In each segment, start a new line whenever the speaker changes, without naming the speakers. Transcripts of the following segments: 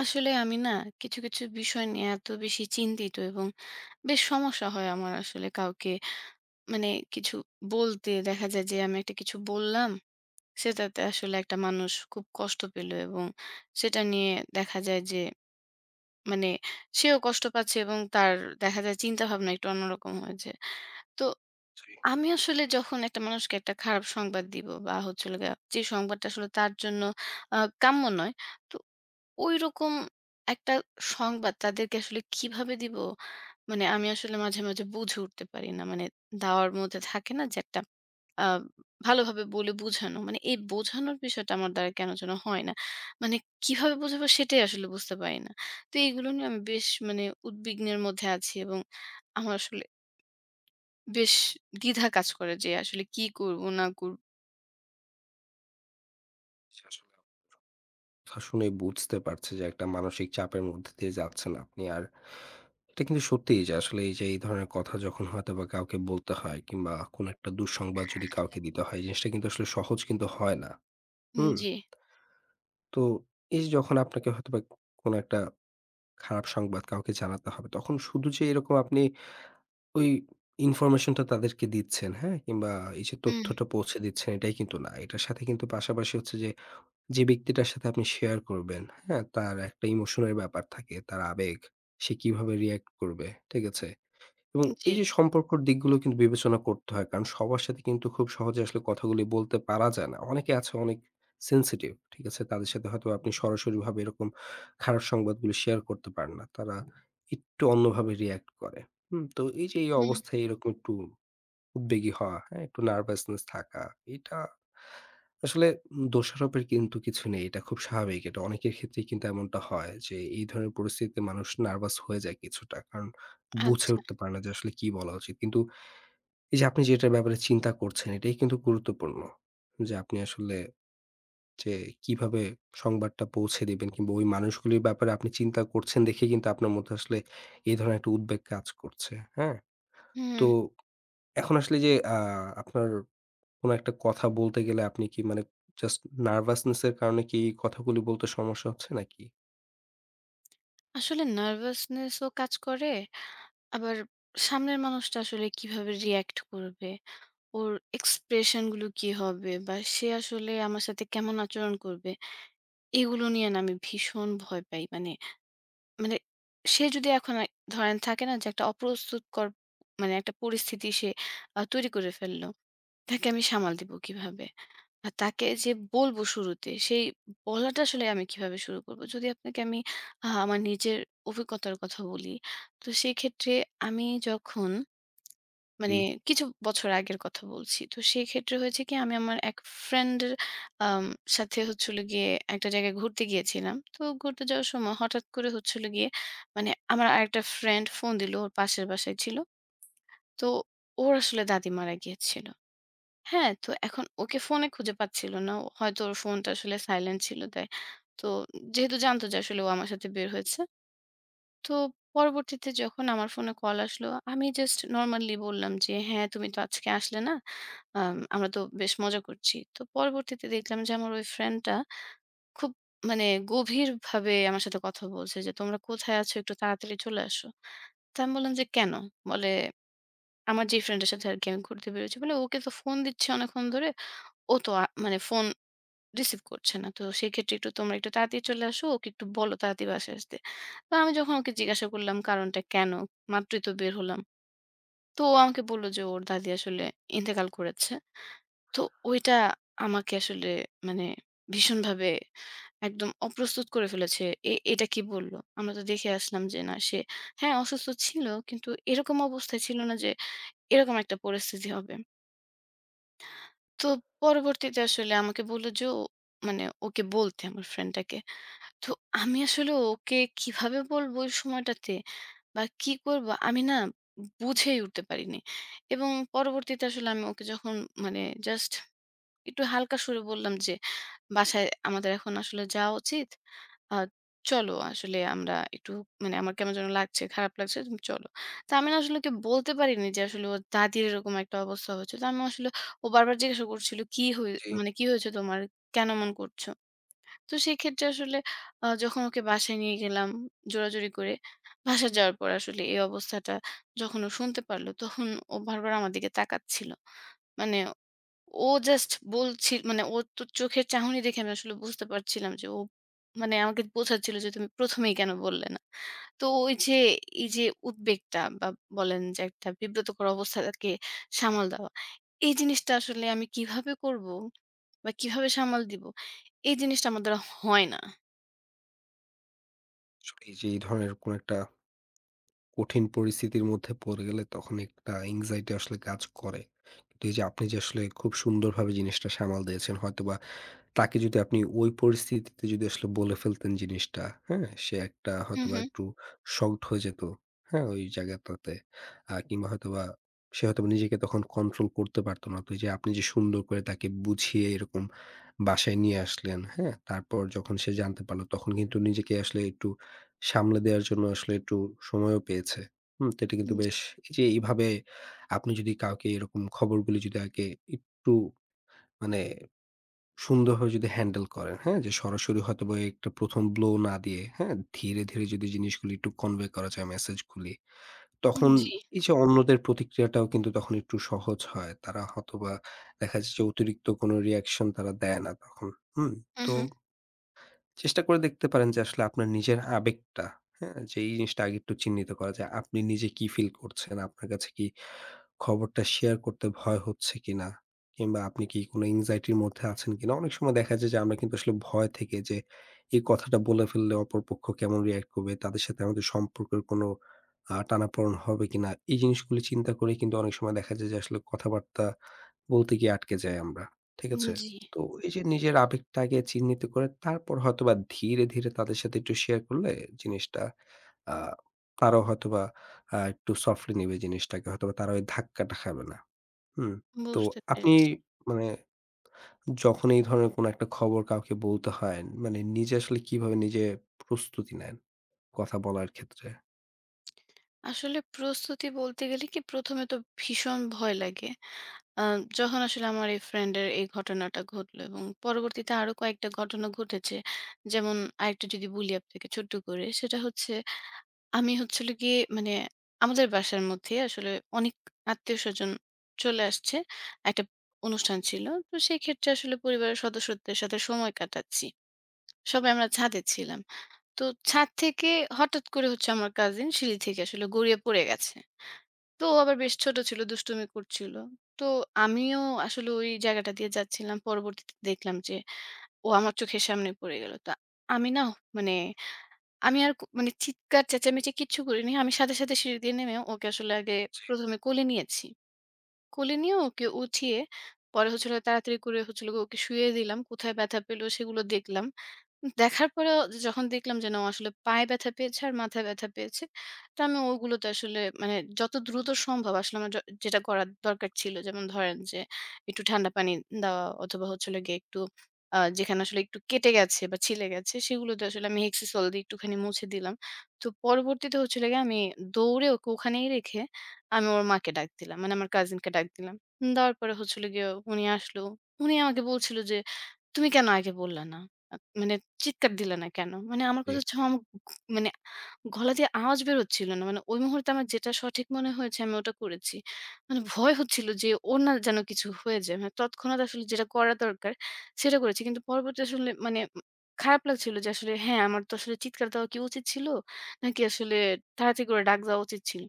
আসলে আমি না কিছু, কিছু বিষয় নিয়ে এত বেশি চিন্তিত এবং বেশ সমস্যা হয় আমার আসলে কাউকে মানে কিছু বলতে। দেখা যায় যে আমি একটা কিছু বললাম, সেটাতে আসলে একটা মানুষ খুব কষ্ট পেল এবং সেটা নিয়ে দেখা যায় যে মানে সেও কষ্ট পাচ্ছে এবং তার দেখা যায় চিন্তাভাবনা একটু অন্যরকম হয়েছে। তো
জি,
আমি আসলে যখন একটা মানুষকে একটা খারাপ সংবাদ দিব বা হচ্ছে হলো গিয়ে যে সংবাদটা আসলে তার জন্য আ কাম্য নয়। তো ঐরকম একটা সংবাদ তাদেরকে আসলে কিভাবে দিব? মানে আমি আসলে মাঝে, মাঝে বুঝে উঠতে পারি না। মানে দেওয়ার মধ্যে থাকে না যে একটা আ ভালোভাবে বলে বোঝানো। মানে এই বোঝানোর বিষয়টা আমার দ্বারা কেন যেন হয় না। মানে কিভাবে বোঝাবো সেটাই আসলে বুঝতে পারি না। তো এগুলো নিয়ে আমি বেশ মানে উদ্বিগ্নের মধ্যে আছি এবং আমার আসলে বেশ দ্বিধা কাজ করে যে আসলে কি করব না করব।
জি, আসলে আপনার কথা শুনে বুঝতে পারছি যে একটা মানসিক চাপের মধ্যে দিয়ে যাচ্ছেন আপনি। আর এটা কিন্তু সত্যিই যে আসলে এই যে এই ধরনের কথা যখন হয়তোবা কাউকে বলতে হয় কিংবা কোনো একটা দুঃসংবাদ যদি কাউকে দিতে হয়, জিনিসটা কিন্তু আসলে সহজ কিন্তু হয় না। হুম?
জি।
তো এই যে যখন আপনাকে হয়তোবা কোনো একটা খারাপ সংবাদ কাউকে জানাতে হবে, তখন শুধু যে এরকম আপনি ওই ইনফরমেশনটা তাদেরকে দিচ্ছেন, হ্যাঁ? কিংবা এই যে
হুম,
তথ্যটা পৌঁছে দিচ্ছেন এটাই কিন্তু না। এটার সাথে কিন্তু পাশাপাশি হচ্ছে যে যে ব্যক্তিটার সাথে আপনি শেয়ার করবেন, হ্যাঁ? তার একটা ইমোশনের ব্যাপার থাকে, তার আবেগ। সে কিভাবে রিঅ্যাক্ট করবে, ঠিক আছে? এবং
জি।
এই যে সম্পর্কর দিকগুলো কিন্তু বিবেচনা করতে হয়। কারণ সবার সাথে কিন্তু খুব সহজে আসলে কথাগুলি বলতে পারা যায় না। অনেকে আছে অনেক সেনসিটিভ, ঠিক আছে? তাদের সাথে হয়তো আপনি সরাসরিভাবে এরকম খারাপ সংবাদগুলো শেয়ার করতে পারেন না। তারা একটু অন্যভাবে রিঅ্যাক্ট করে। হুম? তো এই যে এই
হুম,
অবস্থায় এরকম একটু উদ্বেগী হওয়া, হ্যাঁ? একটু নার্ভাসনেস থাকা। এটা আসলে দোষারোপের কিন্তু কিছু নেই। এটা খুব স্বাভাবিক। এটা অনেকের ক্ষেত্রেই কিন্তু এমনটা হয় যে এই ধরনের পরিস্থিতিতে মানুষ নার্ভাস হয়ে যায় কিছুটা। কারণ বুঝে
আচ্ছা।
উঠতে পারে না যে আসলে কি বলা উচিত। কিন্তু এই যে আপনি যেটার ব্যাপারে চিন্তা করছেন এটাই কিন্তু গুরুত্বপূর্ণ। যে আপনি আসলে যে কিভাবে সংবাদটা পৌঁছে দিবেন কিংবা ওই মানুষগুলির ব্যাপারে আপনি চিন্তা করছেন দেখেই কিন্তু আপনার মধ্যে আসলে এই ধরনের একটা উদ্বেগ কাজ করছে, হ্যাঁ? তো
হুম।
এখন আসলে যে আ আপনার কোনো একটা কথা বলতে গেলে আপনি কি মানে জাস্ট নার্ভাসনেস এর কারণে কি এই কথাগুলি বলতে সমস্যা হচ্ছে নাকি?
আসলে নার্ভাসনেস ও কাজ করে। আবার সামনের মানুষটা আসলে কিভাবে রিঅ্যাক্ট করবে, ওর এক্সপ্রেশন গুলো কি হবে বা সে আসলে আমার সাথে কেমন আচরণ করবে, এগুলো নিয়ে না আমি ভীষণ ভয় পাই। মানে মানে সে যদি এখন ধরেন থাকে না যে একটা অপ্রস্তুতকর মানে একটা পরিস্থিতি সে তৈরি করে ফেলল। তাকে আমি সামাল দিব কিভাবে? আর তাকে যে বলব শুরুতে, সেই বলাটা আসলে আমি কিভাবে শুরু করব? যদি আপনাকে আমি আমার নিজের অভিজ্ঞতার কথা বলি, তো সেক্ষেত্রে আমি যখন
জি,
মানে কিছু বছর আগের কথা বলছি। তো সেই ক্ষেত্রে হয়েছে কি আমি আমার এক ফ্রেন্ডের আম সাথে হচ্ছে হলো গিয়ে একটা জায়গায় ঘুরতে গিয়েছিলাম। তো ঘুরতে যাওয়ার সময় হঠাৎ করে হচ্ছে হলো গিয়ে মানে আমার আরেকটা ফ্রেন্ড ফোন দিল। ওর পাশের বাসায় ছিল। তো ওর আসলে দাদি মারা গিয়েছিল। হ্যাঁ? তো এখন ওকে ফোনে খুঁজে পাচ্ছিল না। হয়তো ওর ফোনটা আসলে সাইলেন্ট ছিল তাই। তো যেহেতু জানতো যে আসলে ও আমার সাথে বের হয়েছে তো পরবর্তীতে যখন আমার ফোনে কল আসলো, আমি জাস্ট নরমালি বললাম যে, "হ্যাঁ, তুমি তো আজকে আসলে না। আমরা তো বেশ মজা করছি।" তো পরবর্তীতে দেখলাম যে আমার ওই ফ্রেন্ডটা খুব মানে গভীরভাবে আমার সাথে কথা বলছে যে, "তোমরা কোথায় আছো? একটু তাড়াতাড়ি চলে আসো।" তো আমি বললাম যে, "কেন?" বলে, "আমার যে ফ্রেন্ডের সাথে আরকি আমি ঘুরতে বেরোচ্ছি" বলে, "ওকে তো ফোন দিচ্ছি অনেকক্ষণ ধরে। ও তো মানে ফোন রিসিভ করছে না। তো সেক্ষেত্রে একটু তোমরা একটু তাড়াতাড়ি চলে আসো। ওকে একটু বলো তাড়াতাড়ি বাসায় আসতে। তো আমি যখন ওকে জিজ্ঞাসা করলাম কারণটা কেন? মাত্রই তো বের হলাম। তো ও আমাকে বলল যে ওর দাদি আসলে ইন্তেকাল করেছে। তো ওইটা আমাকে আসলে মানে ভীষণভাবে একদম অপ্রস্তুত করে ফেলেছে। এটা কি বলল? আমরা তো দেখে আসলাম যে না সে হ্যাঁ, অসুস্থ ছিল কিন্তু এরকম অবস্থায় ছিল না যে এরকম একটা পরিস্থিতি হবে। তো পরবর্তীতে আসলে আমাকে বলল যে ও মানে ওকে বলতে আমার ফ্রেন্ডটাকে। তো আমি আসলে ওকে কিভাবে বলবো ওই সময়টাতে বা কি করব আমি না বুঝেই উঠতে পারিনি এবং পরবর্তীতে আসলে আমি ওকে যখন মানে জাস্ট একটু হালকা সুরে বললাম যে বাসায় আমাদের এখন আসলে যাওয়া উচিত আর চলো আসলে আমরা একটু মানে আমার কেমন যেন লাগছে খারাপ লাগছে তুমি চলো তা আমি না আসলে ওকে বলতে পারিনি যে আসলে ওর দাদির এরকম একটা অবস্থা হয়েছে তো আমি আসলে ও বারবার জিজ্ঞাসা করছিল কি হয়ে
জি।
মানে কি হয়েছে তোমার কেন মন করছো তো সেক্ষেত্রে আসলে যখন ওকে বাসায় নিয়ে গেলাম জোরাজুরি করে, বাসায় যাওয়ার পর আসলে এই অবস্থাটা যখন ও শুনতে পারল, তখন ও বারবার আমার দিকে তাকাচ্ছিল। মানে ও জাস্ট বলছি মানে ওর তো চোখের চাহনি দেখে আমি আসলে বুঝতে পারছিলাম যে ও মানে আমাকে বোঝাচ্ছিল যে তুমি প্রথমেই কেন বললে না। তো ওই যে এই যে উদ্বেগটা বা বলেন যে একটা বিব্রতকর অবস্থাকে সামাল দেওয়া। এই জিনিসটা আসলে আমি কিভাবে করব বা কিভাবে সামাল দিব? এই জিনিসটা আমার দ্বারা হয় না।
আসলেই যে এই ধরনের কোন একটা কঠিন পরিস্থিতির মধ্যে পড়ে গেলে তখন একটা anxiety আসলে কাজ করে। কিন্তু এই যে আপনি যে আসলে খুব সুন্দরভাবে জিনিসটা সামাল দিয়েছেন হয়তোবা তাকে যদি আপনি ওই পরিস্থিতিতে যদি আসলে বলে ফেলতেন জিনিসটা, হ্যাঁ? সে একটা
হুম,
হয়তোবা
হুম।
একটু শকড হয়ে যেত, হ্যাঁ? ওই জায়গাটাতে। কিংবা হয়তোবা সে হয়তোবা নিজেকে তখন কন্ট্রোল করতে পারত না। তো এইযে আপনি যে সুন্দর করে তাকে বুঝিয়ে এরকম বাসায় নিয়ে আসলেন, হ্যাঁ? তারপর যখন সে জানতে পারল তখন কিন্তু নিজেকে আসলে একটু সামলে দেওয়ার জন্য আসলে একটু সময়ও পেয়েছে। হুম? তো এটা কিন্তু
জি,
বেশ এইযে এইভাবে আপনি যদি কাউকে এরকম খবরগুলি যদি আগে একটু মানে সুন্দরভাবে যদি হ্যান্ডেল করেন, হ্যাঁ? যে সরাসরি হয়তোবা একটা ১ম ব্লো না দিয়ে, হ্যাঁ? ধীরে, ধীরে যদি জিনিসগুলি একটু কনভে করা যায় মেসেজগুলি, তখন
জি।
এই যে অন্যদের প্রতিক্রিয়াটাও কিন্তু তখন একটু সহজ হয়। তারা হয়তোবা দেখা যাচ্ছে যে অতিরিক্ত কোনো রিঅ্যাকশন তারা দেয় না তখন। হুম?
হুম,
তো
হুম।
চেষ্টা করে দেখতে পারেন যে আসলে আপনার নিজের আবেগটা, হ্যাঁ? যে এই জিনিসটা আগে একটু চিহ্নিত করা যায়। আপনি নিজে কি ফিল করছেন? আপনার কাছে কি খবরটা শেয়ার করতে ভয় হচ্ছে কিনা? কিংবা আপনি কি কোনো anxiety র মধ্যে আছেন কিনা? অনেক সময় দেখা যায় যে আমরা কিন্তু আসলে ভয় থেকে যে এই কথাটা বলে ফেললে অপরপক্ষ কেমন react করবে? তাদের সাথে আমাদের সম্পর্কের কোনো টানাপোড়েন হবে কিনা? এই জিনিসগুলো চিন্তা করে কিন্তু অনেক সময় দেখা যায় যে আসলে কথাবার্তা বলতে গিয়ে আটকে যাই আমরা। ঠিক আছে?
জি,
তো এই যে নিজের আবেগটা আগে চিহ্নিত করে তারপর হয়তোবা ধীরে, ধীরে তাদের সাথে একটু শেয়ার করলে জিনিসটা আ তারাও হয়তোবা একটু সফটলি নিবে জিনিসটাকে। হয়তোবা তারা ওই ধাক্কাটা খাবে না। হুম? তো
বুঝতে
আপনি
পেরেছি।
মানে যখন এই ধরনের কোনো একটা খবর কাউকে বলতে হয়, মানে নিজে আসলে কিভাবে প্রস্তুতি নেন কথা বলার ক্ষেত্রে?
আসলে প্রস্তুতি বলতে গেলে কি ১ম এ তো ভীষণ ভয় লাগে। আ যখন আসলে আমার এই ফ্রেন্ডের এই ঘটনাটা ঘটলো এবং পরবর্তীতে আরো কয়েকটা ঘটনা ঘটেছে। যেমন আরেকটা যদি বলি আপনাকে ছোট্ট করে, সেটা হচ্ছে আমি হচ্ছে হলো গিয়ে মানে আমাদের বাসার মধ্যে আসলে অনেক আত্মীয়স্বজন চলে আসছে। একটা অনুষ্ঠান ছিল। তো সেক্ষেত্রে আসলে পরিবারের সদস্যদের সাথে সময় কাটাচ্ছি। সবাই আমরা ছাদে ছিলাম। তো ছাদ থেকে হঠাৎ করে হচ্ছে আমার কাজিন সিঁড়ি থেকে আসলে গড়িয়ে পড়ে গেছে। তো আবার বেশ ছোট ছিল, দুষ্টুমি করছিল। তো আমিও আসলে ওই জায়গাটা দিয়ে যাচ্ছিলাম। পরবর্তীতে দেখলাম যে ও আমার চোখের সামনে পড়ে গেল। তো আমি না মানে আমি আর মানে চিৎকার চেঁচামেচি কিচ্ছু করিনি। আমি সাথে, সাথে সিঁড়ি দিয়ে নেমে ওকে আসলে আগে ১ম এ কোলে নিয়েছি। কোলে নিয়ে ওকে উঠিয়ে পরে হচ্ছিল তাড়াতাড়ি করে হচ্ছিল ওকে শুইয়ে দিলাম। কোথায় ব্যথা পেল সেগুলো দেখলাম। দেখার পরেও যখন দেখলাম যে না ও আসলে পায়ে ব্যথা পেয়েছে আর মাথায় ব্যথা পেয়েছে, তো আমি ওগুলোতে আসলে মানে যত দ্রুত সম্ভব আসলে আমার যেটা করার দরকার ছিল যেমন ধরেন যে একটু ঠান্ডা পানি দেওয়া অথবা হচ্ছে হলো গিয়ে একটু যেখানে আসলে একটু কেটে গেছে বা ছিলে গেছে সেগুলোতে আসলে আমি হেক্সিসোল দিয়ে একটুখানি মুছে দিলাম। তো পরবর্তীতে হচ্ছে হলো গিয়ে আমি দৌড়ে ওকে ওখানেই রেখে আমি ওর মাকে ডাক দিলাম। মানে আমার কাজিনকে ডাক দিলাম। দেওয়ার পরে হচ্ছে হলো গিয়ে উনি আসলো। উনি আমাকে বলছিল যে, "তুমি কেন আগে বললা না?" আ মানে চিৎকার দিলে না কেন? মানে আমার
জি,
কাছে হচ্ছে আমার মানে গলা দিয়ে আওয়াজ বের হচ্ছিল না। মানে ওই মুহূর্তে আমার যেটা সঠিক মনে হয়েছে আমি ওটা করেছি। মানে ভয় হচ্ছিল যে ওর না যেন কিছু হয়ে যায়। মানে তৎক্ষণাৎ আসলে যেটা করা দরকার সেটা করেছি। কিন্তু পরবর্তী আসলে মানে খারাপ লাগছিল যে আসলে হ্যাঁ, আমার তো আসলে চিৎকার দেওয়া কি উচিত ছিল? নাকি আসলে তাড়াতাড়ি করে ডাক দেওয়া উচিত ছিল।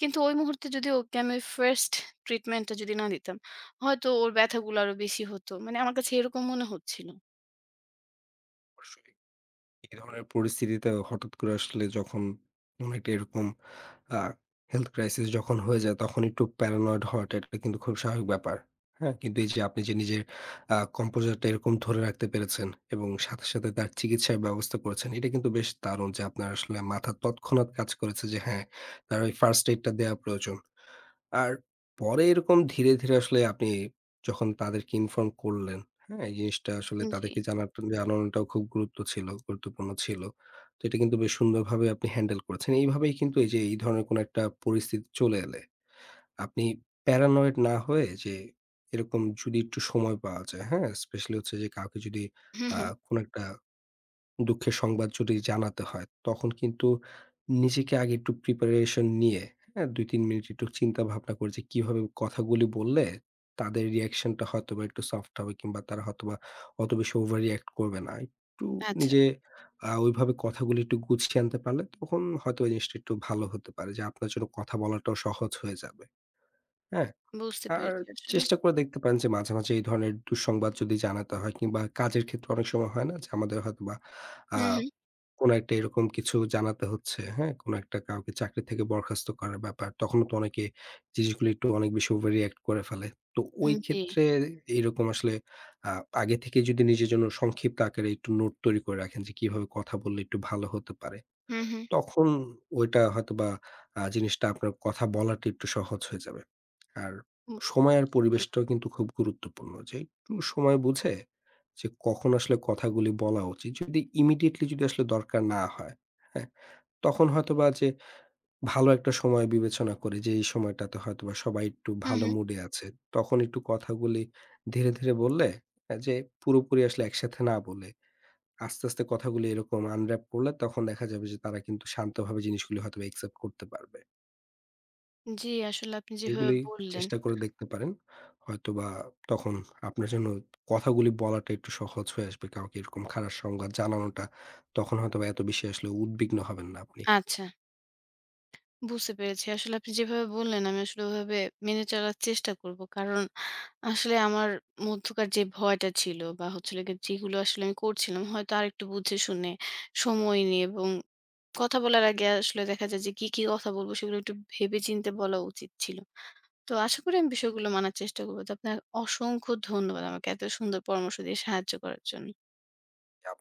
কিন্তু ওই মুহূর্তে যদি ওকে আমি ফার্স্ট ট্রিটমেন্ট টা যদি না দিতাম, হয়তো ওর ব্যথাগুলো আরো বেশি হতো। মানে আমার কাছে এরকম মনে হচ্ছিল।
অবশ্যই। এই ধরনের পরিস্থিতিতে হঠাৎ করে আসলে যখন কোন একটা এরকম আ হেলথ ক্রাইসিস যখন হয়ে যায়, তখন একটু প্যারানয়েড হওয়াটা এটা কিন্তু খুব স্বাভাবিক ব্যাপার। হ্যাঁ? কিন্তু এই যে আপনি যে নিজের composure টা এরকম ধরে রাখতে পেরেছেন এবং সাথে, সাথে তার চিকিৎসার ব্যবস্থা করেছেন। এটা কিন্তু বেশ দারুণ যে আপনার আসলে মাথা তৎক্ষণাৎ কাজ করেছে যে হ্যাঁ, তার ওই ফার্স্ট এইড টা দেয়া প্রয়োজন। আর পরে এরকম ধীরে, ধীরে আসলে আপনি যখন তাদেরকে ইনফর্ম করলেন, হ্যাঁ? এই জিনিসটা আসলে
জি।
তাদেরকে জানানোটাও খুব গুরুত্বপূর্ণ ছিল। তো এটা কিন্তু বেশ সুন্দরভাবে আপনি হ্যান্ডেল করেছেন। এইভাবেই কিন্তু এই যে এই ধরনের কোনো একটা পরিস্থিতি চলে এলে আপনি প্যারানয়েড না হয়ে যে এরকম যদি একটু সময় পাওয়া যায়, হ্যাঁ? স্পেশালি হচ্ছে যে কাউকে যদি
হু,
আ
হু।
কোনো একটা দুঃখের সংবাদ যদি জানাতে হয়, তখন কিন্তু নিজেকে আগে একটু প্রিপারেশন নিয়ে, হ্যাঁ? ২-৩ মিনিট একটু চিন্তা ভাবনা করে যে কিভাবে কথাগুলি বললে তাদের রিঅ্যাকশনটা হয়তোবা একটু সফট হবে কিংবা তারা হয়তোবা অত বেশি ওভার রিঅ্যাক্ট করবে না। একটু
আচ্ছা,
নিজে ওইভাবে কথাগুলি একটু গুছিয়ে আনতে পারলে তখন হয়তো এই জিনিসটা একটু ভালো হতে পারে যে আপনার জন্য কথা বলাটাও সহজ হয়ে যাবে। হ্যাঁ?
বুঝতে
আর
পেরেছি আসলে।
চেষ্টা করে দেখতে পারেন যে মাঝে, মাঝে এই ধরনের দুঃসংবাদ যদি জানাতে হয় কিংবা কাজের ক্ষেত্রে অনেক সময় হয় না যে আমাদের হয়তোবা আ
হুম, হুম।
কোনো একটা এরকম কিছু জানাতে হচ্ছে, হ্যাঁ? কোনো একটা কাউকে চাকরি থেকে বরখাস্ত করার ব্যাপার। তখনও তো অনেকে জিনিসগুলো একটু অনেক বেশি ওভার রিঅ্যাক্ট করে ফেলে। তো ওই
জি।
ক্ষেত্রে এরকম আসলে আ আগে থেকে যদি নিজের জন্য সংক্ষিপ্ত আকারে একটু নোট তৈরি করে রাখেন যে কিভাবে কথা বললে একটু ভালো হতে পারে।
হুম, হুম।
তখন ওইটা হয়তোবা জিনিসটা আপনার কথা বলাটা একটু সহজ হয়ে যাবে। আর
উম
সময় আর
বুঝতে পারলাম।
পরিবেশটাও কিন্তু খুব গুরুত্বপূর্ণ। যে একটু সময় বুঝে যে কখন আসলে কথাগুলি বলা উচিত। যদি ইমিডিয়েটলি যদি আসলে দরকার না হয়, হ্যাঁ? তখন হয়তোবা যে ভালো একটা সময় বিবেচনা করে যে এই সময়টাতে হয়তোবা সবাই একটু
হুম,
ভালো
হুম।
মুডে আছে। তখন একটু কথাগুলি ধীরে, ধীরে বললে যে পুরোপুরি আসলে একসাথে না বলে আস্তে, আস্তে কথাগুলো এরকম আনর‍্যাপ করলে তখন দেখা যাবে যে তারা কিন্তু শান্তভাবে জিনিসগুলি হয়তোবা একসেপ্ট করতে পারবে।
জি, আসলে আপনি যেভাবে
এগুলি
বললেন
চেষ্টা করে দেখতে পারেন। হয়তোবা তখন আপনার জন্য কথাগুলি বলাটা একটু সহজ হয়ে আসবে। কাউকে এরকম খারাপ সংবাদ জানানোটা তখন হয়তোবা এত বেশি আসলে উদ্বিগ্ন হবেন না আপনি।
আচ্ছা, বুঝতে পেরেছি। আসলে আপনি যেভাবে বললেন আমি আসলে ওভাবে মেনে চলার চেষ্টা করব। কারণ আসলে আমার মধ্যকার যে ভয়টা ছিল বা হচ্ছে হলো গিয়ে যেগুলো আসলে আমি করছিলাম হয়তো আরেকটু বুঝে শুনে, সময় নিয়ে এবং কথা বলার আগে আসলে দেখা যায় যে কি, কি কথা বলব সেগুলো একটু ভেবে চিন্তে বলা উচিত ছিল। তো আশা করি আমি বিষয়গুলো মানার চেষ্টা করব। তো আপনাকে অসংখ্য ধন্যবাদ আমাকে এত সুন্দর পরামর্শ দিয়ে সাহায্য করার জন্য।